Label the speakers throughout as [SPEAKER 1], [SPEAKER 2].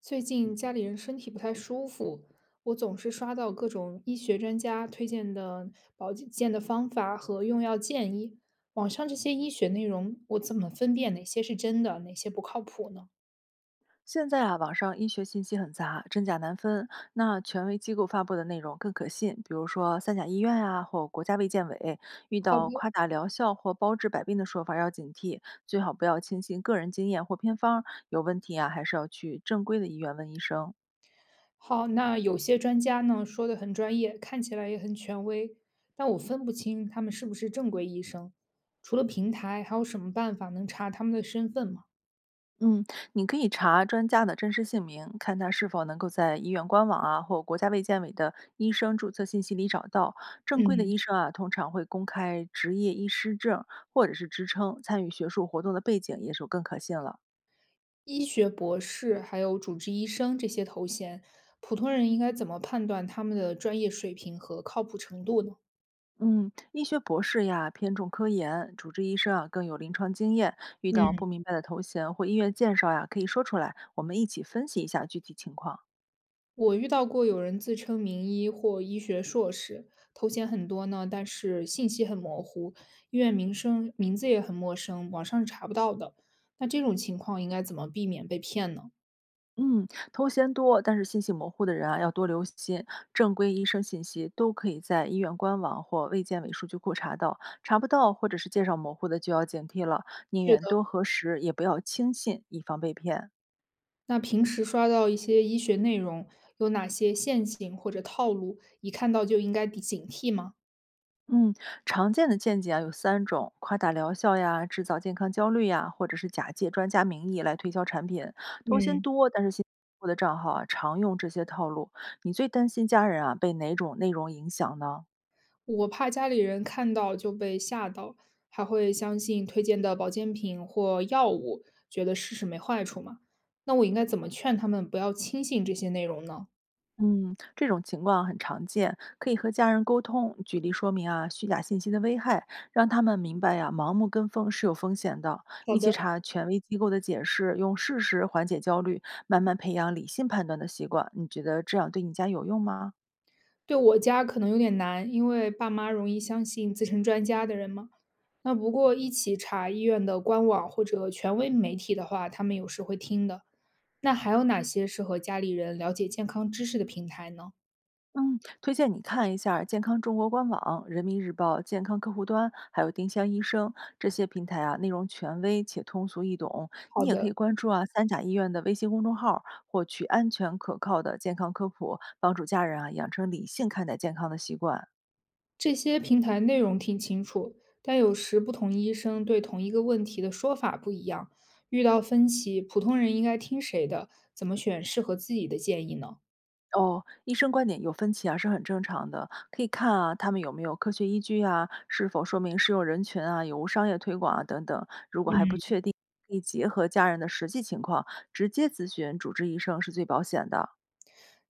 [SPEAKER 1] 最近家里人身体不太舒服，我总是刷到各种医学专家推荐的保健的方法和用药建议。网上这些医学内容，我怎么分辨哪些是真的，哪些不靠谱呢？
[SPEAKER 2] 现在啊，网上医学信息很杂，真假难分。那权威机构发布的内容更可信，比如说三甲医院啊，或国家卫健委，遇
[SPEAKER 1] 好
[SPEAKER 2] 到
[SPEAKER 1] 的，
[SPEAKER 2] 夸大疗效或包治百病的说法要警惕，最好不要轻信个人经验或偏方儿有问题啊，还是要去正规的医院问医生。
[SPEAKER 1] 好，那有些专家呢说的很专业，看起来也很权威，但我分不清他们是不是正规医生。除了平台，还有什么办法能查他们的身份吗？
[SPEAKER 2] 嗯，你可以查专家的真实姓名，看他是否能够在医院官网啊或国家卫健委的医生注册信息里找到。正规的
[SPEAKER 1] 嗯，
[SPEAKER 2] 医生啊，通常会公开执业医师证或者是职称，参与学术活动的背景也就更可信了。
[SPEAKER 1] 医学博士，还有主治医生这些头衔，普通人应该怎么判断他们的专业水平和靠谱程度呢？
[SPEAKER 2] 嗯，医学博士呀偏重科研，主治医生啊更有临床经验。遇到
[SPEAKER 1] 嗯，
[SPEAKER 2] 不明白的头衔或医院介绍呀，可以说出来，我们一起分析一下具体情况。
[SPEAKER 1] 我遇到过有人自称名医或医学硕士，头衔很多呢，但是信息很模糊，医院名声名字也很陌生，网上是查不到的。那这种情况应该怎么避免被骗呢？
[SPEAKER 2] 嗯，头衔多，但是信息模糊的人啊，要多留心。正规医生信息都可以在医院官网或卫健委数据库查到，查不到或者是介绍模糊的，就要警惕了。宁
[SPEAKER 1] 是
[SPEAKER 2] 愿
[SPEAKER 1] 的，
[SPEAKER 2] 多核实，也不要轻信，以防被骗。
[SPEAKER 1] 那平时刷到一些医学内容，有哪些陷阱或者套路，一看到就应该警惕吗？
[SPEAKER 2] 嗯，常见的见解啊有三种：夸大疗效呀，制造健康焦虑呀，或者是假借专家名义来推销产品。头衔
[SPEAKER 1] 嗯。
[SPEAKER 2] 多，但是信息模糊的账号啊，常用这些套路。你最担心家人啊被哪种内容影响呢？
[SPEAKER 1] 我怕家里人看到就被吓到，还会相信推荐的保健品或药物，觉得试试没坏处嘛。那我应该怎么劝他们不要轻信这些内容呢？
[SPEAKER 2] 嗯，这种情况很常见，可以和家人沟通，举例说明啊虚假信息的危害，让他们明白呀、盲目跟风是有风险的。
[SPEAKER 1] 好
[SPEAKER 2] 一
[SPEAKER 1] 的，
[SPEAKER 2] 起查权威机构的解释，用事实缓解焦虑，慢慢培养理性判断的习惯。你觉得这样对你家有用吗？
[SPEAKER 1] 对我家可能有点难，因为爸妈容易相信自称专家的人嘛。那不过一起查医院的官网或者权威媒体的话，他们有时会听的。那还有哪些适合家里人了解健康知识的平台呢？
[SPEAKER 2] 嗯，推荐你看一下儿健康中国官网、人民日报健康客户端，还有丁香医生这些平台啊，内容权威且通俗易懂。
[SPEAKER 1] 好
[SPEAKER 2] 你也
[SPEAKER 1] 的，
[SPEAKER 2] 可以关注啊三甲医院的微信公众号获取安全可靠的健康科普，帮助家人啊养成理性看待健康的习惯。
[SPEAKER 1] 这些平台内容挺清楚，但有时不同医生对同一个问题的说法不一样。遇到分歧，普通人应该听谁的？怎么选适合自己的建议呢？
[SPEAKER 2] 哦，医生观点有分歧啊，是很正常的，可以看啊，他们有没有科学依据啊，是否说明适用人群啊，有无商业推广啊等等。如果还不
[SPEAKER 1] 嗯，
[SPEAKER 2] 确定，可以结合家人的实际情况，直接咨询主治医生是最保险的。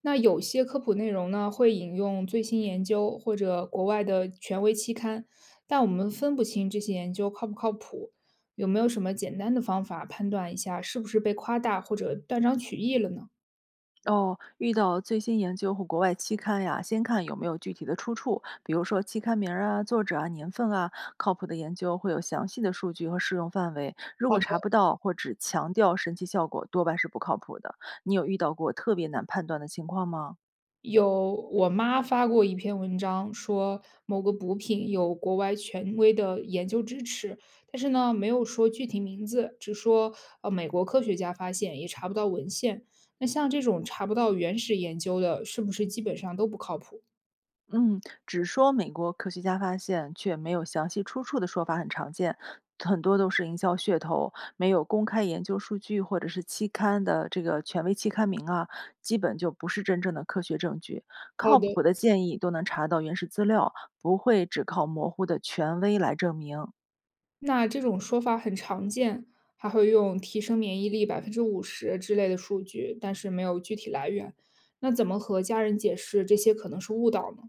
[SPEAKER 1] 那有些科普内容呢，会引用最新研究或者国外的权威期刊，但我们分不清这些研究靠不靠谱。有没有什么简单的方法判断一下是不是被夸大或者断章取义了呢？
[SPEAKER 2] 哦，遇到最新研究或国外期刊呀，先看有没有具体的出处，比如说期刊名儿啊、作者啊、年份啊。靠谱的研究会有详细的数据和适用范围，如
[SPEAKER 1] 好
[SPEAKER 2] 果
[SPEAKER 1] 的。
[SPEAKER 2] 查不到或只强调神奇效果，多半是不靠谱的。你有遇到过特别难判断的情况吗？
[SPEAKER 1] 有我妈发过一篇文章，说某个补品有国外权威的研究支持，但是呢，没有说具体名字，只说美国科学家发现，也查不到文献。那像这种查不到原始研究的，是不是基本上都不靠谱？
[SPEAKER 2] 嗯，只说美国科学家发现，却没有详细出处的说法很常见，很多都是营销噱头，没有公开研究数据或者是期刊的这个权威期刊名啊，基本就不是真正的科学证据。
[SPEAKER 1] 好
[SPEAKER 2] 靠
[SPEAKER 1] 的，
[SPEAKER 2] 谱的建议都能查到原始资料，不会只靠模糊的权威来证明。
[SPEAKER 1] 那这种说法很常见，还会用提升免疫力50%之类的数据，但是没有具体来源。那怎么和家人解释这些可能是误导呢？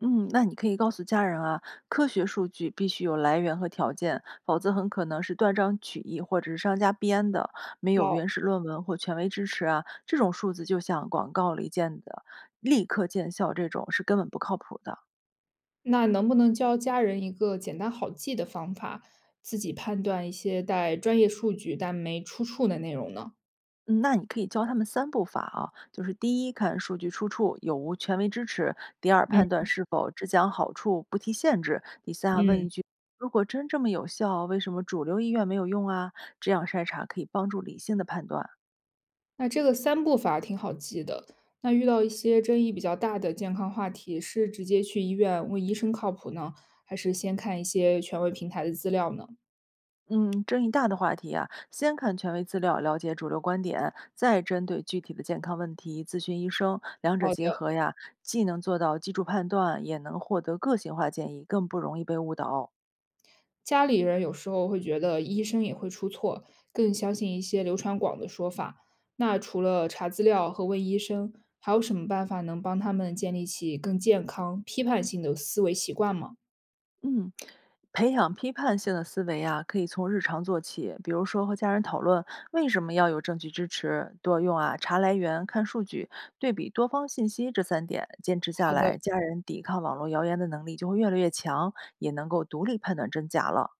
[SPEAKER 2] 嗯，那你可以告诉家人啊，科学数据必须有来源和条件，否则很可能是断章取义或者是商家编的，没有
[SPEAKER 1] 好。
[SPEAKER 2] 原始论文或权威支持啊，这种数字就像广告里见的立刻见效这种是根本不靠谱的。
[SPEAKER 1] 那能不能教家人一个简单好记的方法，自己判断一些带专业数据但没出处的内容呢？
[SPEAKER 2] 嗯，那你可以教他们三步法啊，就是第一，看数据出处有无权威支持；第二，判
[SPEAKER 1] 嗯，
[SPEAKER 2] 断是否只讲好处不提限制；第三啊问
[SPEAKER 1] 嗯，
[SPEAKER 2] 一句。如果真这么有效，为什么主流医院没有用啊？这样筛查可以帮助理性的判断。
[SPEAKER 1] 那这个三步法挺好记的。那遇到一些争议比较大的健康话题，是直接去医院问医生靠谱呢，还是先看一些权威平台的资料呢？
[SPEAKER 2] 嗯，争议大的话题啊，先看权威资料，了解主流观点，再针对具体的健康问题咨询医生，两者
[SPEAKER 1] 好
[SPEAKER 2] 结
[SPEAKER 1] 的，
[SPEAKER 2] 合呀，既能做到基础判断，也能获得个性化建议，更不容易被误导。
[SPEAKER 1] 家里人有时候会觉得医生也会出错，更相信一些流传广的说法。那除了查资料和问医生，还有什么办法能帮他们建立起更健康、批判性的思维习惯吗？
[SPEAKER 2] 嗯，培养批判性的思维啊，可以从日常做起，比如说和家人讨论为什么要有证据支持，多用啊查来源、看数据、对比多方信息这三点，坚持下
[SPEAKER 1] 好的，
[SPEAKER 2] 来，家人抵抗网络谣言的能力就会越来越强，也能够独立判断真假了。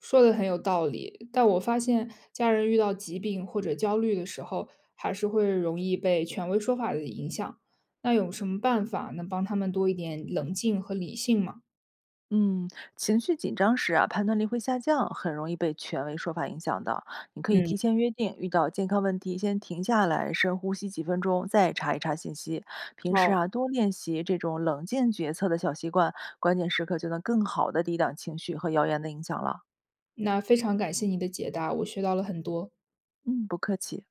[SPEAKER 1] 说的很有道理。但我发现家人遇到疾病或者焦虑的时候，还是会容易被权威说法的影响。那有什么办法能帮他们多一点冷静和理性吗？
[SPEAKER 2] 嗯，情绪紧张时啊，判断力会下降，很容易被权威说法影响的。你可以
[SPEAKER 1] 嗯，
[SPEAKER 2] 提前约定，遇到健康问题先停下来，深呼吸几分钟，再查一查信息。平时
[SPEAKER 1] 好，
[SPEAKER 2] 啊，多练习这种冷静决策的小习惯，关键时刻就能更好的抵挡情绪和谣言的影响了。
[SPEAKER 1] 那非常感谢你的解答，我学到了很多。
[SPEAKER 2] 嗯，不客气。